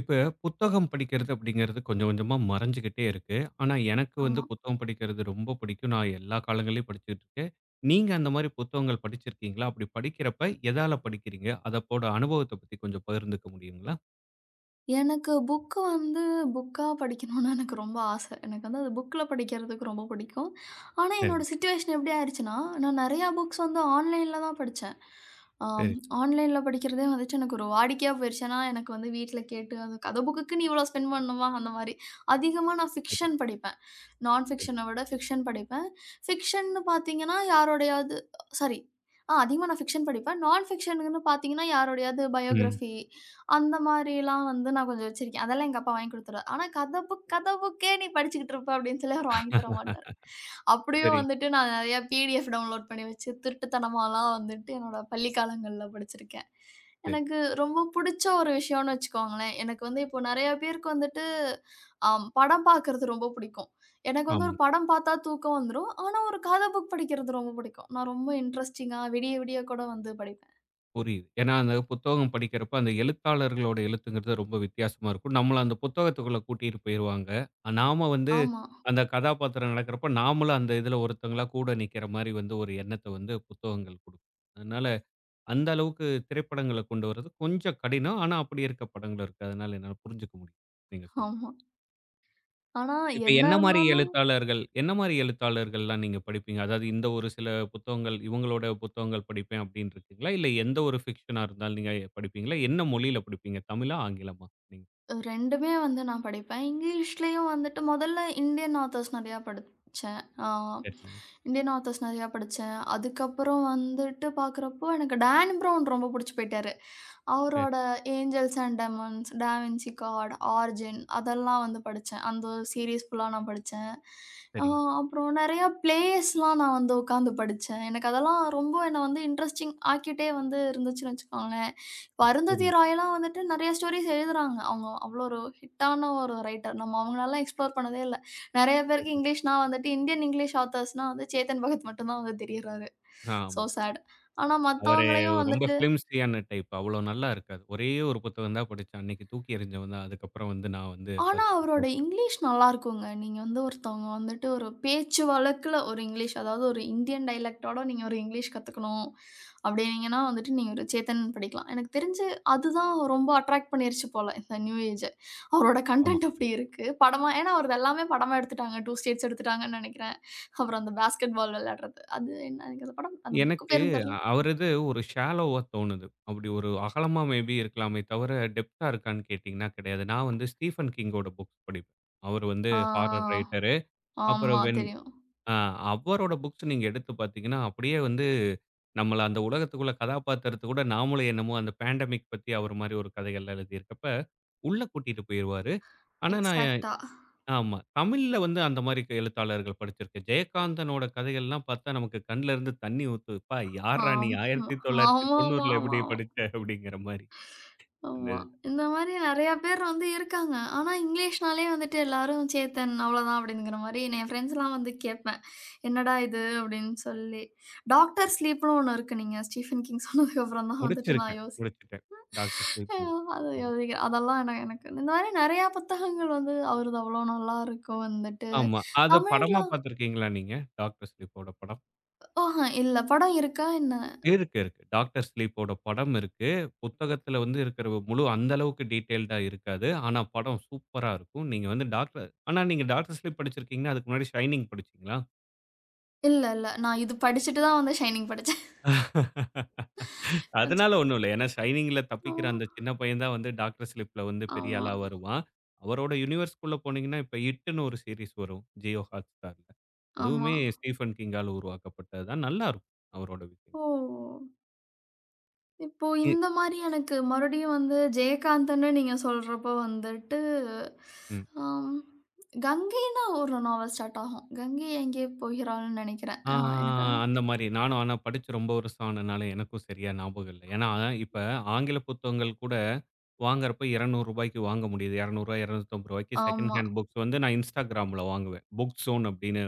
இப்ப புத்தகம் படிக்கிறது அப்படிங்கிறது கொஞ்சம் கொஞ்சமா மறைஞ்சுகிட்டே இருக்கு. ஆனா, எனக்கு வந்து ஆமா. புத்தகம் படிக்கிறது ரொம்ப பிடிக்கும். நான் எல்லா காலங்கள்லயும் படிச்சுட்டு இருக்கேன். நீங்க அந்த மாரி புத்தகங்கள் படிச்சிருக்கீங்களா? அப்படி படிக்கிறப்ப எதால படிக்கிறீங்க? அதப்போட அனுபவத்த பத்தி கொஞ்சம் பகிர்ந்துக்க முடியுங்களா? எனக்கு புக்கு வந்து புக்கா படிக்கணும்னு எனக்கு ரொம்ப ஆசை. எனக்கு வந்து அது புக்ல படிக்கிறதுக்கு ரொம்ப பிடிக்கும். ஆனா, என்னோட சரிங்க. சிச்சுவேஷன் எப்டி ஆயிருச்சுன்னா, நான் நெறையா புக்ஸ் வந்து ஆன்லைன்ல தான் படிச்சேன். ஆம் சரி, ஆன்லைன்ல படிக்கிறதே வந்துட்டு எனக்கு ஒரு வாடிக்கையா போயிருச்சு. ஏன்னா, எனக்கு வந்து வீட்ல கேட்டு அது கதை புக்குக்குன்னு இவ்வளோ ஸ்பெண்ட் பண்ணணுமா? அந்த மாரி. அதிகமா நான் சரி. ஃபிக்ஷன் படிப்பேன். நான் சரி. ஃபிக்ஷன விட ஃபிக்ஷன் படிப்பேன். ஃபிக்ஷன்னு பார்த்தீங்கன்னா, யாரோடையாவது சாரி ஆ அதிகமா நான் ஃபிக்ஷன் படிப்பேன். நான் ஃபிக்ஷனுக்குன்னு பார்த்தீங்கன்னா, யாரோடையாவது ம். பயோகிராஃபி அந்த மாரிலாம் வந்து நான் கொஞ்சம் வச்சிருக்கேன். அதெல்லாம் எங்க அப்பா வாங்கி குடுத்துருவாரு. ஆனா, கதை புக் கதை புக்கே நீ படிச்சுக்கிட்டு இருப்ப அப்படின்னு சொல்லி அவர் வாங்கி தர மாட்டாரு. அப்படியும் சரி, வந்துட்டு நான் நெறைய பிடிஎஃப் டவுன்லோட் பண்ணி வச்சு, திருட்டுத்தனமாலாம் வந்துட்டு என்னோட பள்ளி காலங்கள்ல படிச்சிருக்கேன். சரி. எனக்கு ரொம்ப புடிச்ச ஒரு விஷயம்னு வச்சுக்கோங்களேன். எனக்கு வந்து இப்போ நெறைய பேருக்கு வந்துட்டு அ படம் பார்க்கறது ரொம்ப புடிக்கும். எனக்கு வந்து ஆமா. ஒரு படம் பார்த்தா தூக்கம் வந்துரும். ஆனா, ஒரு கதை புக் படிக்கிறது ரொம்ப பிடிக்கும். நான் ரொம்ப இன்ட்ரஸ்டிங்கா விடிய விடிய கூட வந்து படிப்பேன். புரியுது. ஏன்னா, அந்த புத்தகம் படிக்கிறப்ப அந்த எழுத்தாளர்களோட எழுத்துங்கிறது ரொம்ப வித்தியாசமா இருக்கும். நம்மள அந்த புத்தகத்துக்குள்ள கூட்டிட்டு போயிருவாங்க. ஆ, நாம வந்து ஆமா, அந்த கதாபாத்திரம் நடக்கிறப்ப, நாமளும் அந்த இதுல ஒருத்தங்களா கூட நிக்கிற மாரி வந்து ஒரு எண்ணத்த வந்து புத்தகங்கள் குடுக்கும். அதனால அந்த அளவுக்கு திரைப்படங்கள கொண்டு வர்றது கொஞ்சம் கடினம். ஆனா, அப்படி இருக்க படங்களும் இருக்கு. அதனால என்னால புரிஞ்சுக்க முடியும். நீங்க சொல்றது. ஆமா. ஆனா இப்ப என்ன என்ன மாரி இருந்தாலும் எழுத்தாளர்கள் என்ன மாரி எழுத்தாளர்கள்லாம் நீங்க படிப்பீங்க? அதாவது இந்த ஒரு சில புத்தகங்கள், இவங்களோட புத்தகங்கள் படிப்பேன் அப்படின்னு இருக்கீங்களா? இல்ல எந்த ஒரு ஃபிக்ஷனா இருந்தாலும் நீங்க படிப்பீங்களா? என்ன மொழியில படிப்பீங்க? தமிழா? ஆங்கிலமா? நீங்க 2மே வந்து நான் படிப்பேன். இங்கிலீஷ்லயும் வந்துட்டு முதல்ல இந்தியன் ஆத்தர்ஸ் நெறையா படிச்சேன். சரிங்க. இந்தியன் ஆத்தர்ஸ் நெறையா படிச்சேன். அதுக்கப்புறம் வந்துட்டு பார்க்குறப்போ எனக்கு டேன் ப்ரவுன் ரொம்ப புடிச்சு போயிட்டாரு. சரி, அவரோட Angels and Demons, Da Vinci Code, Origin அதெல்லாம் வந்து படிச்சேன். அந்த சீரிஸ் ஃபுல்லா நான் படிச்சேன். ஆ சரிங்க. அப்புறம் நெறையா பிளேஸ்லாம் நான் வந்து உட்காந்து படிச்சேன். எனக்கு அதெல்லாம் ரொம்ப என்ன வந்து இன்ட்ரஸ்டிங் ஆக்கிட்டே வந்து இருந்துச்சுன்னு வச்சுக்கோங்களேன். அருந்ததி புரியுது. ராயலாம் வந்துட்டு நெறைய ஸ்டோரீஸ் எழுதுறாங்க. அவங்க அவ்ளோ ஒரு ஹிட்டான ஒரு ரைட்டர். நம்ம அவங்களலாம் எக்ஸ்ப்ளோர் பண்ணதே இல்ல. நெறைய பேருக்கு சரிங்க. இங்கிலீஷ்னா வந்துட்டு இந்தியன் இங்கிலீஷ் ஆத்தர்ஸ்னா வந்து சேத்தன் பகத் மட்டும் தான் வந்து தெரியறாரு. சோ ஆமா. சேட். ஆனா அவரு மத்தவங்களையும் ரொம்ப வந்துட்டு ஃபிலிம்சியான டைப். அவ்வளோ நல்லா இருக்காது. ஒரே ஒரு புத்தகம் தான் படிச்சேன். அன்னைக்கு தூக்கி எறிஞ்சவன் தான். அதுக்கப்புறம் வந்து நான் வந்து ஆனா, அவர்கிட்ட அவரோட இங்கிலீஷ் நல்லாருக்குங்க. நீங்க வந்து ஒருத்தவங்க வந்துட்டு ஒரு பேச்சு வழக்குல ஒரு இங்கிலீஷ், அதாவது ஒரு இந்தியன் டைலக்ட்டோட நீங்க ஒரு இங்கிலீஷ் கத்துக்கணும் அப்டின்னீங்கன்னா வந்துட்டு, நீங்க ஒரு சேத்தன் படிக்கலாம். எனக்கு தெரிஞ்சு அதுதான் ரொம்ப அட்ராக்ட் பண்ணிருச்சு போல, இந்த நியூ ஏஜ. அவரோட போறேன். கன்டென்ட் அப்டி இருக்கு. படமா ஏன்னா அவரது எல்லாமே படமா எடுத்துட்டாங்க. 2 ஸ்டேட்ஸ் எடுத்துட்டாங்கன்னு நெனைக்கிறேன். அப்புறம் அந்த பாஸ்கெட் பால் விளையாடுறது. அது என்ன எனக்கு அந்த படம் அந்த புக் எனக்கு பேரும் தெர்ல. அவரது ஒரு ஷாலோவா தோணுது. அப்படி ஒரு அகலமா மேபி இருக்கலாமே தவிர, டெப்த்தா இருக்கான்னு கேட்டீங்கன்னா கிடையாது. நான் வந்து ஸ்டீஃபன் கிங்கோட புக்ஸ் படிப்பேன். அவர் வந்து ஹாரர் ஆ ரைட்டரு. அப்புறம் ஆமா வென் தெரியும். அ அவரோட புக்ஸ் நீங்க எடுத்து பார்த்தீங்கன்னா, அப்படியே வந்து நம்மள அந்த உலகத்துக்குள்ள கதாபாத்திரத்துக்கூட நாமளும் என்னமோ அந்த பேண்டமிக் பத்தி அவர் மாரி ஒரு கதைகள்லாம் எழுதியிருக்கப்ப, உள்ள கூட்டிட்டு போயிருவாரு. ஆனா நான் எக்ஸாக்ட்டா. ஆமா. தமிழ்ல வந்து அந்த மாரி க எழுத்தாளர்கள் படிச்சிருக்கேன். ஜெயகாந்தனோட கதைகள்லாம் பார்த்தா நமக்கு கண்ல இருந்து தண்ணி ஊத்தும். "ப்பா யார்றா நீ ஆமா, 1990ல ஆமாமாமாமா. எப்படி படிச்ச?" அப்படிங்கிற மாரி அந்த ஆமா. இதுல. இந்த மாரி நெறையா பேர் வந்து இருக்காங்க. ஆனா, இங்கிலீஷ்னாலே வந்துட்டு எல்லாரும் சேத்தன் அவ்வளோதான் அப்படிங்கிற மாரி நான் என் ஃப்ரெண்ட்ஸ்லாம் வந்து கேட்பேன். "என்னடா இது?" அப்படின்னு சொல்லி. டாக்டர் ஸ்லீப்னு ஒண்ணு இருக்கு. நீங்க ஸ்டீஃபன் கிங் சொன்னதுக்கப்புறம் தான் வந்துட்டு நான் முடிச்சிருக்கேன், யோசி முடிச்சுட்டேன். டாக்டர் ஸ்லீப் அது முடிச்சுட்டேன். யோசிக்கிறேன். அதெல்லாம் எனக்கு எனக்கு இந்த மாரி நெறையா புத்தகங்கள் வந்து அவரது அவ்வளோ நல்லாருக்கும் வந்துட்டு. ஆமா. அத தமிழ்ல படமா பார்த்திருக்கீங்களா நீங்க? டாக்டர் ஸ்லீப்போட படம். இல்ல. படம் இருக்கா என்ன? இருக்கு, இருக்கு. டாக்டர் ஸ்லீப்போட படம் இருக்கு. புத்தகத்துல வந்து இருக்கிற முழு அந்த அளவுக்கு டீட்டெயில்டா இருக்காது. ஆனா படம் சூப்பரா இருக்கும். நீங்க வந்து டாக்டர் ஆனா நீங்க டாக்டர் ஸ்லீப் படிச்சிருக்கீங்கன்னா, அதுக்கு முன்னாடி ஷைனிங் படிச்சீங்களா? இல்ல, இல்ல. நான் இது படிச்சுட்டு தான் வந்து ஷைனிங் படிச்சேன். அதனால ஒண்ணும் இல்ல. ஏன்னா ஷைனிங்ல தப்பிக்கிற ஆமா, அந்த சின்ன பையன் தான் வந்து டாக்டர் ஸ்லிப்ல வந்து பெரிய ஆமா, ஆளா வருவான். அவரோட யுனிவர்ஸ்குள்ள போனீங்கன்னா, இப்ப இட்டுன்னு ஒரு சீரிஸ் வரும். ஜியோ ஹாட்ஸ்டார்ல. ஆமா. அதுவுமே ஸ்டீஃபன் கிங்கால உருவாக்கப்பட்டது தான். நல்லா இருக்கும். அவரோட விஷயம். ஓ! இப்போ இ இந்த மாரி எனக்கு மறுபடியும் வந்து ஜெயகாந்தன்னு நீங்க சொல்றப்போ வந்துட்டு, ம். ஆம் கங்கைன்னு ஒரு நாவல் ஸ்டார்ட் ஆகும். "கங்கை எங்கே போகிறாள்ன்னு" நெனைக்கிறேன். ஆ, ஆ, எனக்கு ஆ. அந்த மாரி. நானும் ஆனா படிச்சு ரொம்ப வருஷம் ஆனனால எனக்கும் சரியா ஞாபகம் இல்ல. ஏன்னா, இப்ப ஆங்கில புத்தகங்கள் கூட வாங்குறப்ப ரூ. 200க்கு வாங்க முடியுது. ரூ. 200 ரூ. 250 செகண்ட் ஆமா. ஹேண்ட் புக்ஸ் வந்து நான் Instagramல வாங்குவேன். புக் ஸோன் அப்படின்னு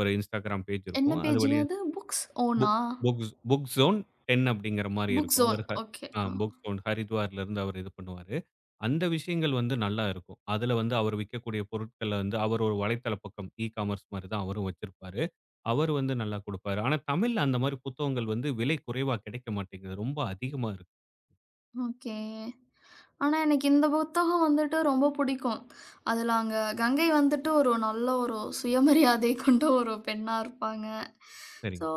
ஒரு Instagram பேஜ் என்ன இருக்கும். அது பேஜுங்க வழியா அது? புக்ஸ் புக் ஓனா? புக் புக் ஜோன் 10 அப்படிங்கிற மாரி புக் இருக்கும். ஜோன். அவரு ஹ ஓகே. ஆ புக் ஜோன் ஹரித்வார்லருந்து அவரு இது பண்ணுவாரு. அந்த விஷயங்கள் வந்து நல்லா இருக்கும். அதுல வந்து அவர் விக்கக்கூடிய பொருட்கள வந்து அவர் ஒரு வலைத்தள பக்கம் இ காமர்ஸ் மாரி தான் அவரும் வச்சிருப்பாரு. அவரு வந்து நல்லா குடுப்பாரு. ஆனா தமிழ்ல அந்த மாரி புத்தகங்கள் வந்து விலை குறைவா கிடைக்க மாட்டேங்குது. ரொம்ப அதிகமா இருக்கு. ஓகே. ஆனா, எனக்கு இந்த புத்தகம் வந்துட்டு ரொம்ப பிடிக்கும். அதுல அங்க கங்கை வந்துட்டு ஒரு நல்ல ஒரு சுயமரியாதை கொண்ட ஒரு பெண்ணா இருப்பாங்க. ஸோ சரிங்க.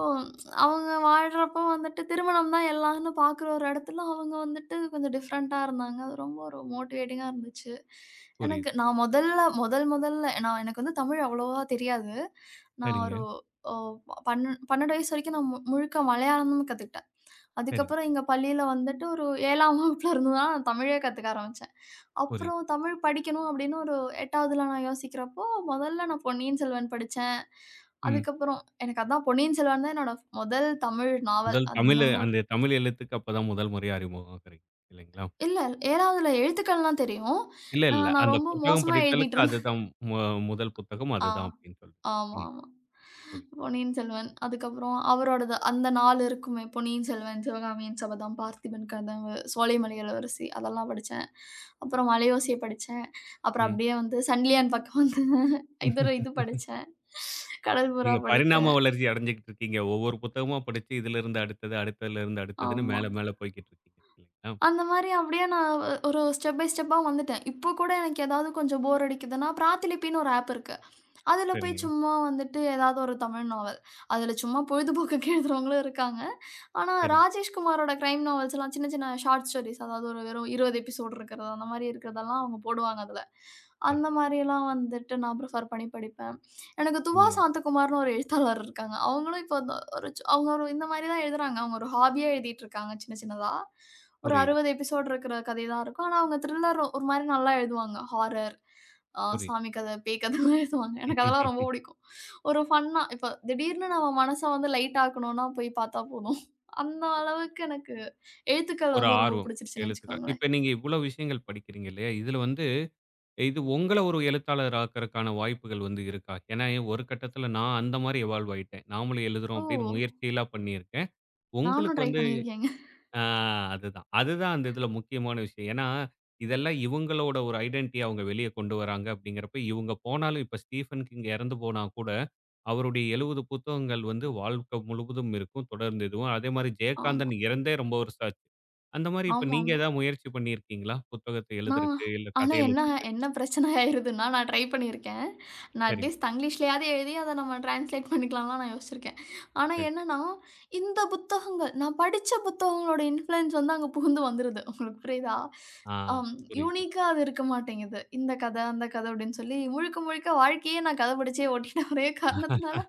அவங்க வாழ்றப்போ வந்துட்டு திருமணம் தான் எல்லாம்ன்னு பார்க்குற ஒரு இடத்துல அவங்க வந்துட்டு கொஞ்சம் டிஃப்ரெண்ட்டா இருந்தாங்க. அது ரொம்ப ஒரு மோட்டிவேட்டிங்கா இருந்துச்சு. எனக்கு புரியுது. நான் முதல்ல முதல் முதல்ல நான் எனக்கு வந்து தமிழ் அவ்வளவா தெரியாது. நான் சரிங்க, ஒரு ஓ பண் 12 வயசு வரைக்கும் நான் மு முழுக்க மலையாளமும் கத்துக்கிட்டேன். சரிங்க. அதுக்கப்புறம் எங்க பள்ளியில வந்துட்டு ஒரு 7ஆம் வகுப்புல இருந்து தான் தமிழே கத்துக்க ஆரம்பிச்சேன். புரியுது. அப்புறம் தமிழ் படிக்கணும் அப்படின்னு ஒரு 8வதுல நான் யோசிக்கிறப்போ, முதல்ல நான் பொன்னியின் செல்வன் படிச்சேன். ம். அதுக்கப்புறம் எனக்கு அதான் பொன்னியின் செல்வன் தான் என்னோட முதல் தமிழ் நாவல். முதல் அது தமிழு இன்னமும் ஒரு அந்த தமிழ் எழுத்துக்கு அப்பதான் முதல் முறையா அறிமுகம் ஆகுறீங்க. இல்லைங்களா? இல்ல 7வதுல எழுத்துக்கள்லாம் தெரியும். இல்ல, இல்ல. நான் அந்த ரொம்ப புத்தகம் மோசமா படித்தலுக்கு எழுதிட்டு இருந்தேன். அதுதான் மு முதல் புத்தகம் ஆ, அதுதான் அப்படின்னு சொல்லி. ம். ஆமாமா. புரியுது. பொன்னியின் செல்வன். அதுக்கப்புறம் அவரோடது அந்த 4 இருக்குமே. பொன்னியின் செல்வன், சிவகாமியின் சபதம், பார்த்திபன் கனவு, சோலைமலை இளவரசி அதெல்லாம் படிச்சேன். அப்புறம் மலையோசைய படிச்சேன். அப்புறம் ம். அப்படியே வந்து சன்லியான் பக்கம் வந்து இது படிச்சேன். கடல் புறா நீங்க பரிணாம படிச்சேன். வளர்ச்சி அடைஞ்சுகிட்டு இருக்கீங்க. ஒவ்வொரு புத்தகமா படிச்சு இதிலிருந்து அடுத்தது, அடுத்ததிலிருந்து அடுத்ததுன்னு ஆமா. மேல மேல போய்க்கிட்டு இருக்கீங்க. இல்லைங்களா? அந்த மாரி அப்படியே நான் ஒரு ஸ்டெப் பை ஸ்டெப்பா வந்துட்டேன். இப்போ கூட எனக்கு ஏதாவது கொஞ்சம் போர் அடிக்குதுன்னா, பிராத்திலிப்பின்னு ஒரு ஆப் இருக்கு. அதுல போய் சரிங்க, சும்மா வந்துட்டு ஏதாவது ஒரு தமிழ் நாவல். அதுல சும்மா பொழுதுபோக்குக்கு எழுதுறவங்களும் இருக்காங்க. ஆனா, சரிங்க, ராஜேஷ் குமாரோட கிரைம் நாவல்ஸ்லாம் சின்ன, சின்ன ஷார்ட் ஸ்டோரீஸ் அதாவது ஒரு வெறும் 20 எபிசோடு இருக்கிறது, அந்த மாரி இருக்கிறதெல்லாம் அவங்க போடுவாங்க அதுல. அந்த சரிங்க. மாரியெல்லாம் வந்துட்டு நான் ப்ரிஃபர் பண்ணி படிப்பேன். எனக்கு துவா ம். சாந்தகுமார்னு ஒரு எழுத்தாளர் இருக்காங்க. அவங்களும் இப்போ இந்த ஒரு சு அவங்க ஒரு இந்த மாரி தான் எழுதுறாங்க. அவங்க ஒரு ஹாபியா எழுதிட்டுருக்காங்க சின்ன, சின்னதா. ஒரு புரியுது, 60 எபிசோடு இருக்கிற கதை தான் இருக்கும். ஆனா, அவங்க த்ரில்லர் ஒரு மாரி நல்லா எழுதுவாங்க. ஹாரர், புரியுது. சாமி கதை, பேய் கதைலாம் எழுதுவாங்க. எனக்கு அதெல்லாம் ரொம்ப பிடிக்கும். ஒரு ஃபன்னா இப்போ திடீர்னு நம்ம மனச வந்து லைட் ஆக்கணும்னா போய் பார்த்தா போதும். அந்த அளவுக்கு எனக்கு எழுத்துக்கள் ஒரு வந்து ரொம்ப ஆர்வம் பிடிச்சிருச்சுன்னு எழுத்துக்கள். வச்சுக்கோங்களேன். இப்ப நீங்க இவ்வளோ விஷயங்கள் படிக்கிறீங்க இல்லையா? இதுல வந்து இது உங்கள ஒரு எழுத்தாளர் ஆக்கறக்கான வாய்ப்புகள் வந்து இருக்கா? ஏன்னா ஒரு கட்டத்தில நான் அந்த மாரி எவால்வ் ஆயிட்டேன். நாமளும் எழுதுறோம் ஓ! அப்படின்னு முயற்சிலாம் பண்ணியிருக்கேன். நானும் உங்களுக்கு ட்ரை வந்து பண்ணியிருக்கேங்க. ஆ அதுதான். அதுதான் அந்த இதில முக்கியமான விஷயம். ஏன்னா, இதெல்லாம் இவங்களோட ஒரு ஐடென்டிட்டிய அவங்க வெளிய கொண்டு வராங்க அப்படிங்கிறப்ப, இவங்க போனாலும் இப்ப ஸ்டீஃபன் கிங் இறந்து போனா கூட, அவருடைய 70 புத்தகங்கள் வந்து வாழ்க்கை முழுவதும் இருக்கும். தொடர்ந்து இதுவும். அதேமாரி ஆமா. ஜெயகாந்தன் இறந்தே ரொம்ப வருஷம் ஆச்சு. அந்த மாரி இப்ப நீங்க ஆமாமா. ஏதாவது முயற்சி பண்ணியிருக்கீங்களா? புத்தகத்த நான் எழுதுறக்கு, இல்ல ஆனா கதை என்ன எழுதுறக்கு? என்ன பிரச்சனை ஆயிருதுன்னா, நான் ட்ரை பண்ணியிருக்கேன். நான் சரிங்க. அட்லீஸ்ட் தங்கிலீஷ்லயாவது எழுதி அத நம்ம டிரான்ஸ்லேட் பண்ணிக்கலாம்லாம் நான் யோசிச்சிருக்கேன். ஆனா சரி. என்னன்னா, இந்த புத்தகங்கள் நான் படிச்ச புத்தகங்களோட இன்ஃப்ளூயன்ஸ் வந்து அங்க புகுந்து வந்துருது. உங்களுக்கு புரியுதா? ஆ அம் புரியுது. யூனிக்கா அது இருக்க மாட்டேங்குது. இந்த கதை, அந்த கதை அப்படின்னு சொல்லி முழுக்க முழுக்க வாழ்க்கையே நான் கதை படிச்சே ஓட்டிட்ட ஒரே காரணத்தினால,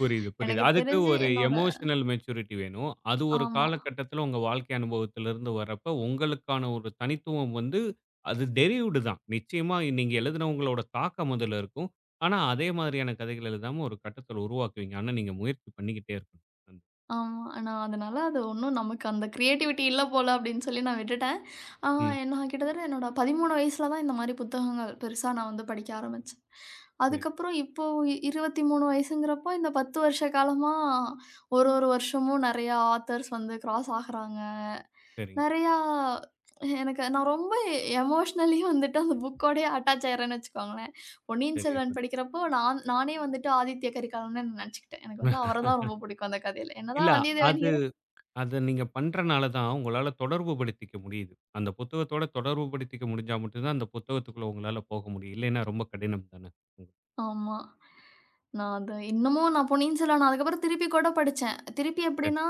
புரியுது, புரியுது. எனக்கு அதுக்கு தெரிஞ்சு ஒரு என்னோட எமோஷனல் மெச்சூரிட்டி வேணும். அது ஒரு ஆமா, காலகட்டத்தில உங்க வாழ்க்கை அனுபவத்திலிருந்து வரப்ப, உங்களுக்கான ஒரு தனித்துவம் வந்து அது டெரிவ்டு தான். நிச்சயமா நீங்க எழுதினவங்களோட தாக்கம் அதுல இருக்கும். ஆனா, அதே மாதிரியான கதைகள் எழுதாம ஒரு கட்டத்தில உருவாக்குவீங்க. ஆனா, நீங்க முயற்சி பண்ணிக்கிட்டே இருக்கணும். ம். ஆமா. நான் அதனால அது ஒண்ணும் நமக்கு அந்த கிரியேட்டிவிட்டி இல்ல போல அப்படின்னு சொல்லி நான் விட்டுட்டேன். ஆ ம். நான் கிட்டத்தட்ட என்னோட 13 வயசுல தான் இந்த மாரி புத்தகங்கள் பெருசா நான் வந்து படிக்க ஆரம்பிச்சேன். சரி, அதுக்கப்புறம் இப்போ 23 வயசுங்கிறப்போ இந்த 10 வருஷ காலமா ஒரு ஒரு வருஷமும் நெறையா ஆத்தர்ஸ் வந்து கிராஸ் ஆகுறாங்க. சரிங்க. நெறையா எனக்கு நான் ரொம்ப எமோஷ்னலி வந்துட்டு அந்த புக்கோடயே அட்டாச் ஆயிடுறேன்னு வச்சுக்கோங்களேன். பொன்னியின் சரியா செல்வன் சொன்னீங்க. படிக்கிறப்போ நான் நானே வந்துட்டு ஆதித்ய கரிகாலன்னு நெனச்சுக்கிட்டேன். எனக்கு வந்து அவர தான் ரொம்ப பிடிக்கும் அந்த கதையில. இல்ல என்னதான் வந்தியத்தேவன் அது ஹீரோ அத நீங்க பண்றனால தான் உங்களால தொடர்பு படுத்திக்க முடியுது. அந்த புத்தகத்தோட தொடர்பு படுத்திக்க முடிஞ்சா மட்டும் தான் அந்த புத்தகத்துக்குள்ள உங்களால போக முடியும். இல்லைன்னா ரொம்ப கடினம் தானே. ஆமா. நான் அது இன்னமும் நான் பொன்னியின் செல்வன் அதுக்கப்புறம் திருப்பி கூட படிச்சேன். திருப்பி ம். எப்படின்னா,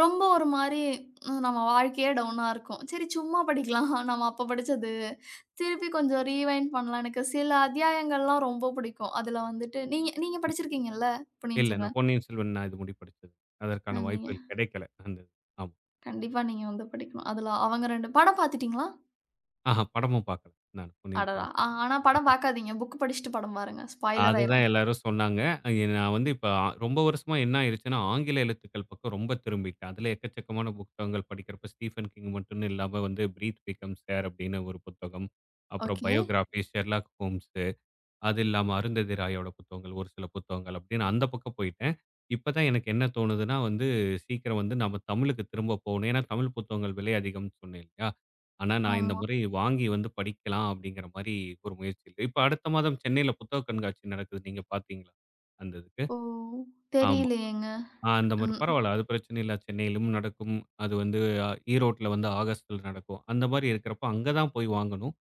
ரொம்ப ஒரு மாரி ம், நம்ம வாழ்க்கையே டவுனா இருக்கும். சரி சும்மா படிக்கலாம். நம்ம அப்ப படிச்சது. திருப்பி கொஞ்சம் ரீவைண்ட் பண்ணலாம். எனக்கு சில அத்தியாயங்கள்லாம் ரொம்ப பிடிக்கும். அதுல வந்துட்டு நீங்க நீங்க படிச்சிருக்கீங்கல்ல பொன்னியின் இல்ல. நான் செல்வன்? பொன்னியின் செல்வன் நான் இது முடி படிச்சது. அதற்கான நீங்க வாய்ப்புகள் கிடைக்கல. அந்த இது. ஆமா. கண்டிப்பா நீங்க வந்து படிக்கணும். அதுல அவங்க 2 படம் பார்த்துட்டீங்களா? ஆஹா படமும் பார்க்கல. நான் பொன்னியின் அடடா! ஆ, செல்வன். ஆனா படம் பார்க்காதீங்க. புக் படிச்சுட்டு படம் பாருங்க. ஸ்பாய்லர் அதுதான் ஆயிரும். எல்லாரும் சொன்னாங்க. நான் வந்து இப்ப ரொம்ப வருஷமா என்ன ஆயிருச்சுன்னா, ஆங்கில எழுத்துக்கள் பக்கம் ரொம்ப திரும்பிட்டேன். அதுல எக்கச்சக்கமான புத்தகங்கள் படிக்கிறப்ப ஸ்டீஃபன் கிங் மட்டும்னு இல்லாம வந்து "பிரீத் பிகம்ஸ் ஏர்" அப்படின்னு ஒரு புத்தகம். அப்புறம் ஓகே. பயோகிராபி, ஷெர்லாக் ஹோம்ஸ் அது இல்லாம அருந்ததி ராயோட புத்தகங்கள், ஒரு சில புத்தகங்கள் அப்படின்னு அந்த பக்கம் போயிட்டேன். இப்ப தான் எனக்கு என்ன தோணுதுன்னா வந்து, சீக்கிரம் வந்து நம்ம தமிழுக்கு திரும்ப போகணும். ஏன்னா தமிழ் புத்தகங்கள் விலை அதிகம்னு சொன்னேன் இல்லையா? ஆனா நான் இந்த ஆமா. முறை வாங்கி வந்து படிக்கலாம் அப்படிங்கிற மாரி ஒரு முயற்சியில இப்ப அடுத்த மாதம் சென்னையில புத்தக கண்காட்சி நடக்குது. நீங்க பார்த்தீங்களா? அந்த இதுக்கு? ஓ! ஆமா. தெரியலையேங்க. அந்த மாரி ம். பரவால்ல. அது பிரச்சனை இல்ல. சென்னையிலும் நடக்கும். அது வந்து அ ஈரோட்ல வந்து ஆகஸ்ட்ல நடக்கும். அந்த மாரி இருக்கிறப்ப அங்க தான் போய் வாங்கணும்.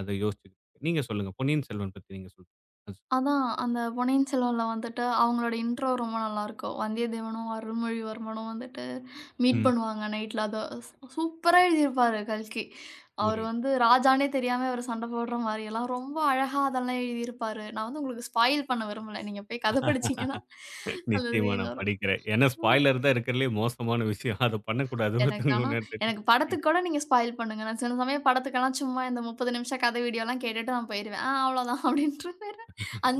அத யோசிச்சுக்கிட்டு இருக்கேன். நீங்க சொல்லுங்க. பொன்னியின் செல்வன் பத்தி நீங்க சொல்லுங்க. அது. அதான் அந்த பொன்னியின் செல்வன்ல வந்துட்டு அவங்களோட இன்ட்ரோ ரொம்ப நல்லாருக்கும். வந்தியத்தேவனும், அருள்மொழிவர்மனும் வந்துட்டு மீட் ம். பண்ணுவாங்க நைட்ல. அத ஸ் சூப்பரா எழுதியிருப்பாரு கல்கி. அவரு புரியுது. வந்து ராஜான்னே தெரியாம இவரு சண்ட போடுற மாரியெல்லாம் ரொம்ப அழகா அதெல்லாம் எழுதியிருப்பாரு. நான் வந்து உங்களுக்கு ஸ்பாயில் பண்ண விரும்பல. நீங்க போய் கத படிச்சீங்கன்னா, அந்த நிச்சயமா சீன் நான் வரும். படிக்கிறேன். ஏன்னா ஸ்பாய்லர் தான் இருக்கிறதுலயே மோசமான விஷயம். அத பண்ணக்கூடாது எனக்கு ஒருத்தங்க ஆனா முன்னாடி தெரியும். எனக்கு ம். படத்துக்கு கூட நீங்க ஸ்பாயில் பண்ணுங்க. நான் சில சமயம் படத்துக்கெல்லாம் சும்மா இந்த 30 நிமிஷம் கதை வீடியோலாம் கேட்டுட்டு நான் போயிருவேன். அவ்வளோதான் அப்படின்ருவேன்.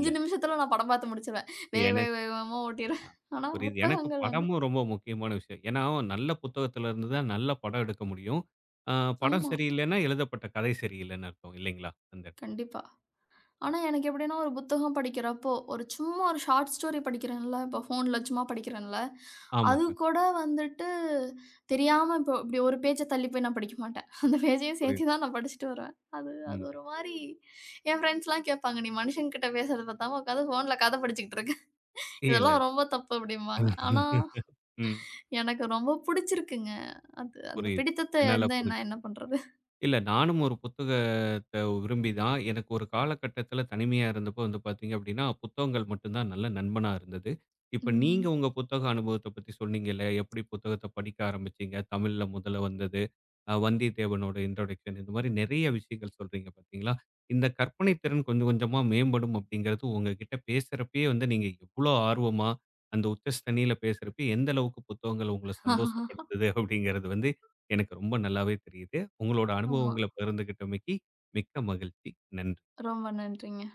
இல்ல. நிமிஷத்துல நான் படம் பார்த்து முடிச்சுருவேன். வேக வேக எனக்கு வேகமா அ ஓட்டிருவேன். ஆனா புரியுது. எனக்கு புத்தகங்கள் வந்து படமும் ரொம்ப முக்கியமான விஷயம். ஏன்னா நல்ல புத்தகத்துல இருந்து தான் நல்ல படம் எடுக்க முடியும். அ படம் ஆமா. சரியில்லைன்னா எழுதப்பட்ட கதை சரியில்லைன்னு அர்த்தம் இல்லைங்களா? அந்த இடத்துல. கண்டிப்பா. ம். ஆனா எனக்கு எப்படின்னா ஒரு புத்தகம் படிக்கிறப்போ, ஒரு சும்மா ஒரு ஷார்ட் ஸ்டோரி படிக்கிறேன்ல, இப்போ ஃபோன்ல சும்மா படிக்கிறேன்ல, அது ஆமாங்க. கூட வந்துட்டு தெரியாம இப்போ இப்படி ஒரு பேஜ தள்ளி போய் நான் படிக்க மாட்டேன். அந்த பேஜையும் புரியுது. சேர்த்து தான் நான் படிச்சுட்டு வருவேன். அது அது ம். ஒரு மாரி என் ஃப்ரெண்ட்ஸ்லாம் கேட்பாங்க, "நீ மனுஷன்கிட்ட பேசுறத பத்தாம உட்காந்து ஃபோன்ல கதை படிச்சுக்கிட்டு இருக்க. இல்ல, இல்ல. இதெல்லாம் ரொம்ப தப்பு" அப்படிம்பாங்க. ஆனா ம். எனக்கு ரொம்ப புடிச்சிருக்குங்க. அது அந்த புரியுது. பிடித்தத்த என்னால இருந்தா நான் புரிஞ்சுக்க என்ன பண்றது? இல்ல. நானும் ஒரு புத்தகத்த விரும்பி தான். எனக்கு ஒரு காலகட்டத்தில தனிமையா இருந்தப்போ வந்து பார்த்தீங்க அப்படின்னா, புத்தகங்கள் மட்டும் தான் நல்ல நண்பனா இருந்தது. இப்ப நீங்க ம். உங்க புத்தக அனுபவத்த பத்தி சொன்னீங்கல்ல, எப்படி புத்தகத்த படிக்க ஆரம்பிச்சீங்க, தமிழ்ல முதல்ல வந்தது, வந்தியத்தேவனோட இன்ட்ரோடக்ஷன் இந்த மாரி நெறைய விஷயங்கள் சொல்றீங்க பார்த்தீங்களா? இந்த கற்பனை திறன் கொஞ்சம் கொஞ்சமா மேம்படும் அப்படிங்கிறது உங்ககிட்ட பேசுறப்பயே வந்து நீங்க எவ்வளோ ஆர்வமா, அந்த உச்சஸ்தனியில பேசுறப்ப எந்த அளவுக்கு புத்தகங்கள் உங்கள சந்தோஷப்படுத்துது அப்படிங்கிறது வந்து எனக்கு ரொம்ப நல்லாவே தெரியுது. உங்களோட ஆமா. அனுபவங்கள பகிர்ந்துகிட்டமைக்கு மிக்க மகிழ்ச்சி. நன்றி. ரொம்ப நன்றிங்க.